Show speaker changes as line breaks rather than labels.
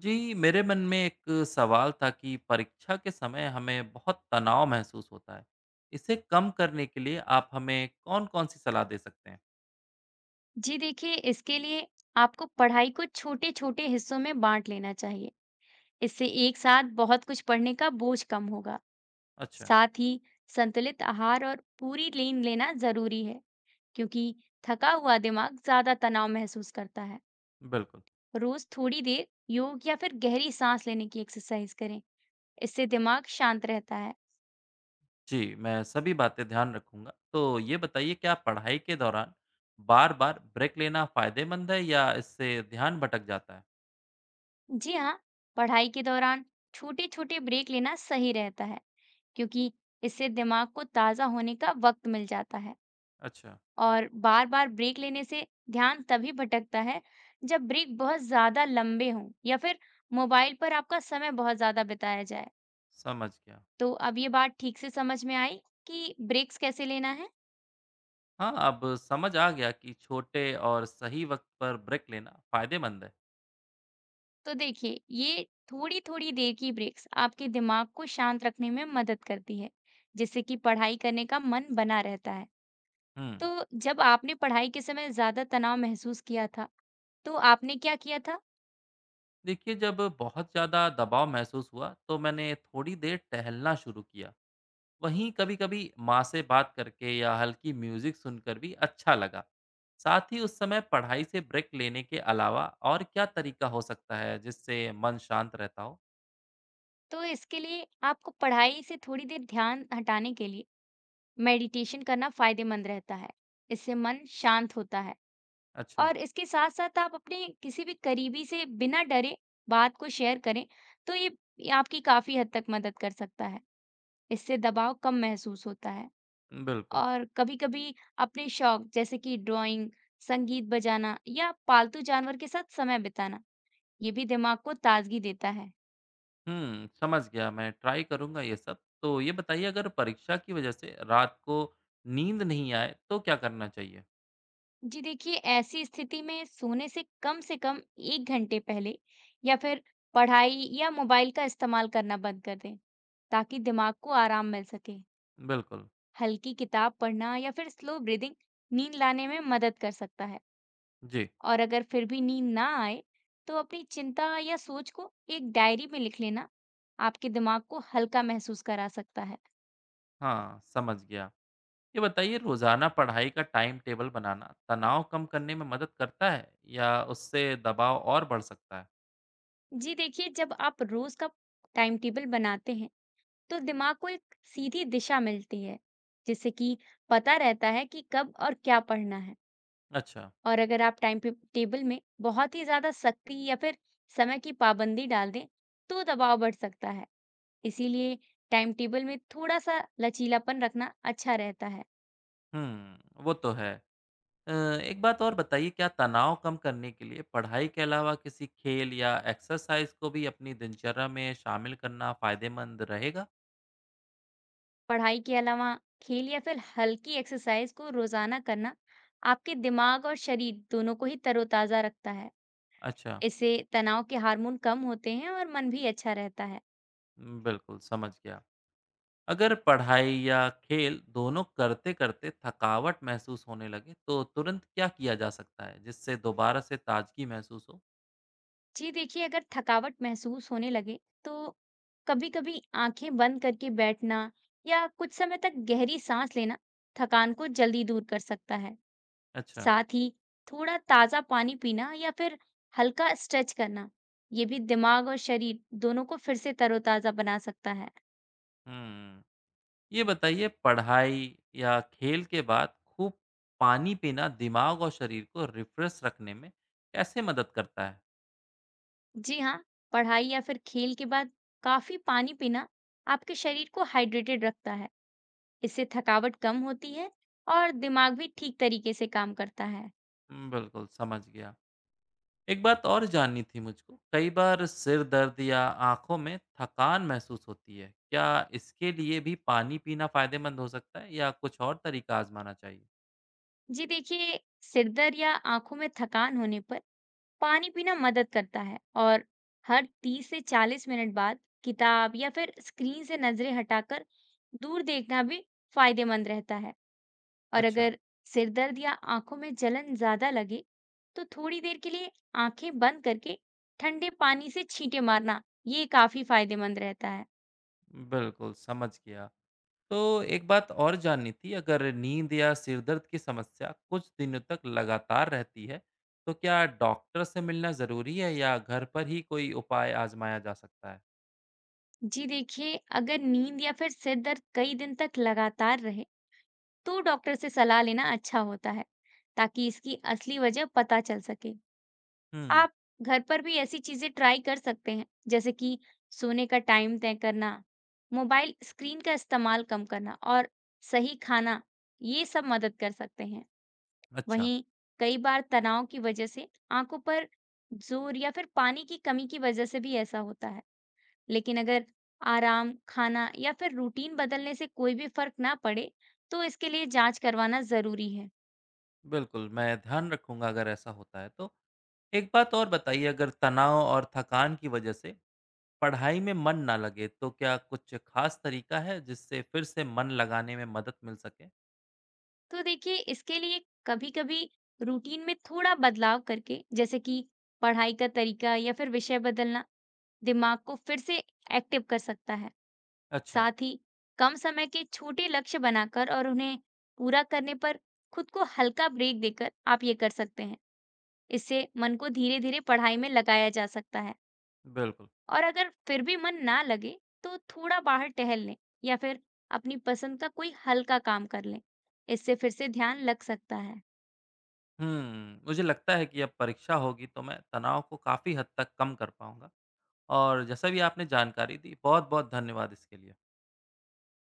जी, मेरे मन में एक सवाल था कि परीक्षा के समय हमें बहुत तनाव महसूस होता है। इसे कम करने के लिए आप हमें कौन-कौन सी सलाह दे सकते हैं?
जी देखिए, इसके लिए आपको पढ़ाई को छोटे-छोटे हिस्सों में बाँट लेना चाहिए। इससे एक साथ बहुत कुछ पढ़ने का बोझ कम होगा।
अच्छा,
साथ ही संतुलित आहार और पूरी नींद लेना ज़रूरी है, क्योंकि थका हुआ दिमाग ज़्यादा तनाव महसूस करता है।
बिल्कुल।
रोज़ थोड़ी देर योग या फिर गहरी सांस लेने की एक्सरसाइज करें, इससे दिमाग शांत रहता है।
जी, मैं सभी बातें ध्यान रखूँगा। तो ये बताइए क्या पढ़ाई के दौरान बार-बार ब्रेक लेना फ़ायदेमंद है या इससे ध्यान भटक जाता है?
जी हाँ, पढ़ाई के दौरान छोटे-छोटे ब्रेक लेना सही रहता है, क्योंकि इससे दिमाग को ताज़ा होने का वक़्त मिल जाता है।
अच्छा,
और बार-बार ब्रेक लेने से ध्यान तभी भटकता है जब ब्रेक बहुत ज़्यादा लंबे हों या फिर मोबाइल पर आपका समय बहुत ज़्यादा बिताया जाए।
समझ गया।
तो अब ये बात ठीक से समझ में आई कि ब्रेक्स कैसे लेना है?
हाँ, अब समझ आ गया कि छोटे और सही वक़्त पर ब्रेक लेना फ़ायदेमंद है।
तो देखिए, ये थोड़ी-थोड़ी देर की ब्रेक्स आपके दिमाग को शांत रखने में मदद करती है, जिससे कि पढ़ाई करने का मन बना रहता है।
हुँ।
तो जब आपने पढ़ाई के समय ज़्यादा तनाव महसूस किया था, तो आपने क्या किया था?
देखिए जब बहुत ज़्यादा दबाव महसूस हुआ तो मैंने थोड़ी देर टहलना शुरू किया। वहीं कभी-कभी माँ से बात करके या हल्की म्यूज़िक सुनकर भी अच्छा लगा। साथ ही उस समय पढ़ाई से ब्रेक लेने के अलावा और क्या तरीका हो सकता है जिससे मन शांत रहता हो?
तो इसके लिए आपको पढ़ाई से थोड़ी देर ध्यान हटाने के लिए मेडिटेशन करना फायदेमंद रहता है। इससे मन शांत होता है।
अच्छा।
और इसके साथ-साथ आप अपने किसी भी करीबी से बिना डरे बात को शेयर करें, तो ये आपकी काफ़ी हद तक मदद कर सकता है। इससे दबाव कम महसूस होता है।
बिल्कुल।
और कभी-कभी अपने शौक जैसे कि ड्राइंग, संगीत बजाना या पालतू जानवर के साथ समय बिताना, ये भी दिमाग को ताजगी देता है।
हम्म, समझ गया, मैं ट्राई करूँगा ये सब। तो ये बताइए अगर परीक्षा की वजह से रात को नींद नहीं आए तो क्या करना चाहिए?
जी देखिए, ऐसी स्थिति में सोने से कम 1 घंटे पहले या फिर पढ़ाई या मोबाइल का इस्तेमाल करना बंद कर दें, ताकि दिमाग को आराम मिल सके।
बिल्कुल।
हल्की किताब पढ़ना या फिर स्लो ब्रीदिंग नींद लाने में मदद कर सकता है।
जी।
और अगर फिर भी नींद ना आए, तो अपनी चिंता या सोच को एक डायरी में लिख लेना आपके दिमाग को हल्का महसूस करा सकता है।
हाँ, समझ गया। ये बताइए रोजाना पढ़ाई का टाइम टेबल बनाना तनाव कम करने में मदद करता है या उससे दबाव और बढ़ सकता है?
जी देखिए, जब आप रोज का टाइम टेबल बनाते हैं, तो दिमाग को एक सीधी दिशा मिलती है, जिससे कि पता रहता है कि कब और क्या पढ़ना है।
अच्छा।
और अगर आप टाइम पे टेबल में बहुत ही ज़्यादा सख्ती या फिर समय की पाबंदी डाल दें, तो दबाव बढ़ सकता है। इसीलिए टाइम टेबल में थोड़ा-सा लचीलापन रखना अच्छा रहता है।
हम्म, वो तो है। अ, एक बात और बताइए क्या तनाव कम करने के लिए पढ़ाई के अलावा किसी खेल या एक्सरसाइज को भी अपनी दिनचर्या में शामिल करना फायदेमंद रहेगा?
पढ़ाई के अलावा खेल या फिर हल्की एक्सरसाइज को रोज़ाना करना आपके दिमाग और शरीर दोनों को ही तरोताज़ा रखता है।
अच्छा।
इससे तनाव के हार्मोन कम होते हैं और मन भी अच्छा रहता है।
बिल्कुल समझ गया। अगर पढ़ाई या खेल दोनों करते करते थकावट महसूस होने लगे तो तुरंत क्या किया जा सकता है जिससे दोबारा से ताजगी महसूस हो?
जी देखिए, अगर थकावट महसूस होने लगे तो कभी-कभी आंखें बंद करके बैठना या कुछ समय तक गहरी सांस लेना थकान को जल्दी दूर कर सकता है।
अच्छा।
साथ ही थोड़ा ताज़ा पानी पीना या फिर हल्का स्ट्रेच करना, ये भी दिमाग और शरीर दोनों को फिर से तरोताज़ा बना सकता है।
हुँ। ये बताइए पढ़ाई या खेल के बाद खूब पानी पीना दिमाग और शरीर को रिफ़्रेश रखने में कैसे मदद करता है?
जी हाँ, पढ़ाई या फिर खेल के बाद काफ़ी पानी पीना आपके शरीर को हाइड्रेटेड रखता है। इससे थकावट कम होती है और दिमाग भी ठीक तरीके से काम करता है।
बिल्कुल समझ गया। एक बात और जाननी थी मुझको, कई बार सिर दर्द या आँखों में थकान महसूस होती है। क्या इसके लिए भी पानी पीना फ़ायदेमंद हो सकता है या कुछ और तरीका आज़माना चाहिए?
जी देखिए, सिरदर्द या आंखों में थकान होने पर पानी पीना मदद करता है और हर 30 से 40 मिनट बाद किताब या फिर स्क्रीन से नजरें हटाकर दूर देखना भी फायदेमंद रहता है। और
अच्छा,
अगर सिरदर्द या आंखों में जलन ज्यादा लगे, तो थोड़ी देर के लिए आंखें बंद करके ठंडे पानी से छींटे मारना ये काफी फायदेमंद रहता है।
बिल्कुल समझ गया। तो एक बात और जाननी थी, अगर नींद या सिर दर्द की समस्या कुछ दिनों तक लगातार रहती है, तो क्या डॉक्टर से मिलना ज़रूरी है या घर पर ही कोई उपाय आज़माया जा सकता है?
जी देखिए, अगर नींद या फिर सिर दर्द कई दिन तक लगातार रहे, तो डॉक्टर से सलाह लेना अच्छा होता है, ताकि इसकी असली वजह पता चल सके।
हुँ।
आप घर पर भी ऐसी चीजें ट्राई कर सकते हैं, जैसे कि सोने का टाइम तय करना, मोबाइल स्क्रीन का इस्तेमाल कम करना और सही खाना, ये सब मदद कर सकते हैं।
अच्छा।
वहीं कई बार तनाव की वजह से आंखों पर जोर या फिर पानी की कमी की वजह से भी ऐसा होता है। लेकिन अगर आराम, खाना या फिर रूटीन बदलने से कोई भी फर्क ना पड़े, तो इसके लिए जांच करवाना जरूरी है।
बिल्कुल, मैं ध्यान रखूँगा अगर ऐसा होता है तो। एक बात और बताइए, अगर तनाव और थकान की वजह से पढ़ाई में मन ना लगे, तो क्या कुछ खास तरीका है जिससे फिर से मन लगाने में मदद मिल सके?
तो देखिए, इसके लिए कभी-कभी रूटीन में थोड़ा बदलाव करके जैसे कि पढ़ाई का तरीका या फिर विषय बदलना दिमाग को फिर से एक्टिव कर सकता है।
अच्छा,
साथ ही कम समय के छोटे लक्ष्य बनाकर और उन्हें पूरा करने पर खुद को हल्का ब्रेक देकर आप ये कर सकते हैं। इससे मन को धीरे-धीरे पढ़ाई में लगाया जा सकता है।
बिल्कुल।
और अगर फिर भी मन ना लगे, तो थोड़ा बाहर टहल लें या फिर अपनी पसंद का कोई हल्का काम कर लें। इससे फिर से ध्यान लग सकता है।
हुँ, मुझे लगता है कि अब परीक्षा होगी तो मैं तनाव को काफ़ी हद तक कम कर पाऊँगा और जैसा भी आपने जानकारी दी, बहुत-बहुत धन्यवाद इसके लिए।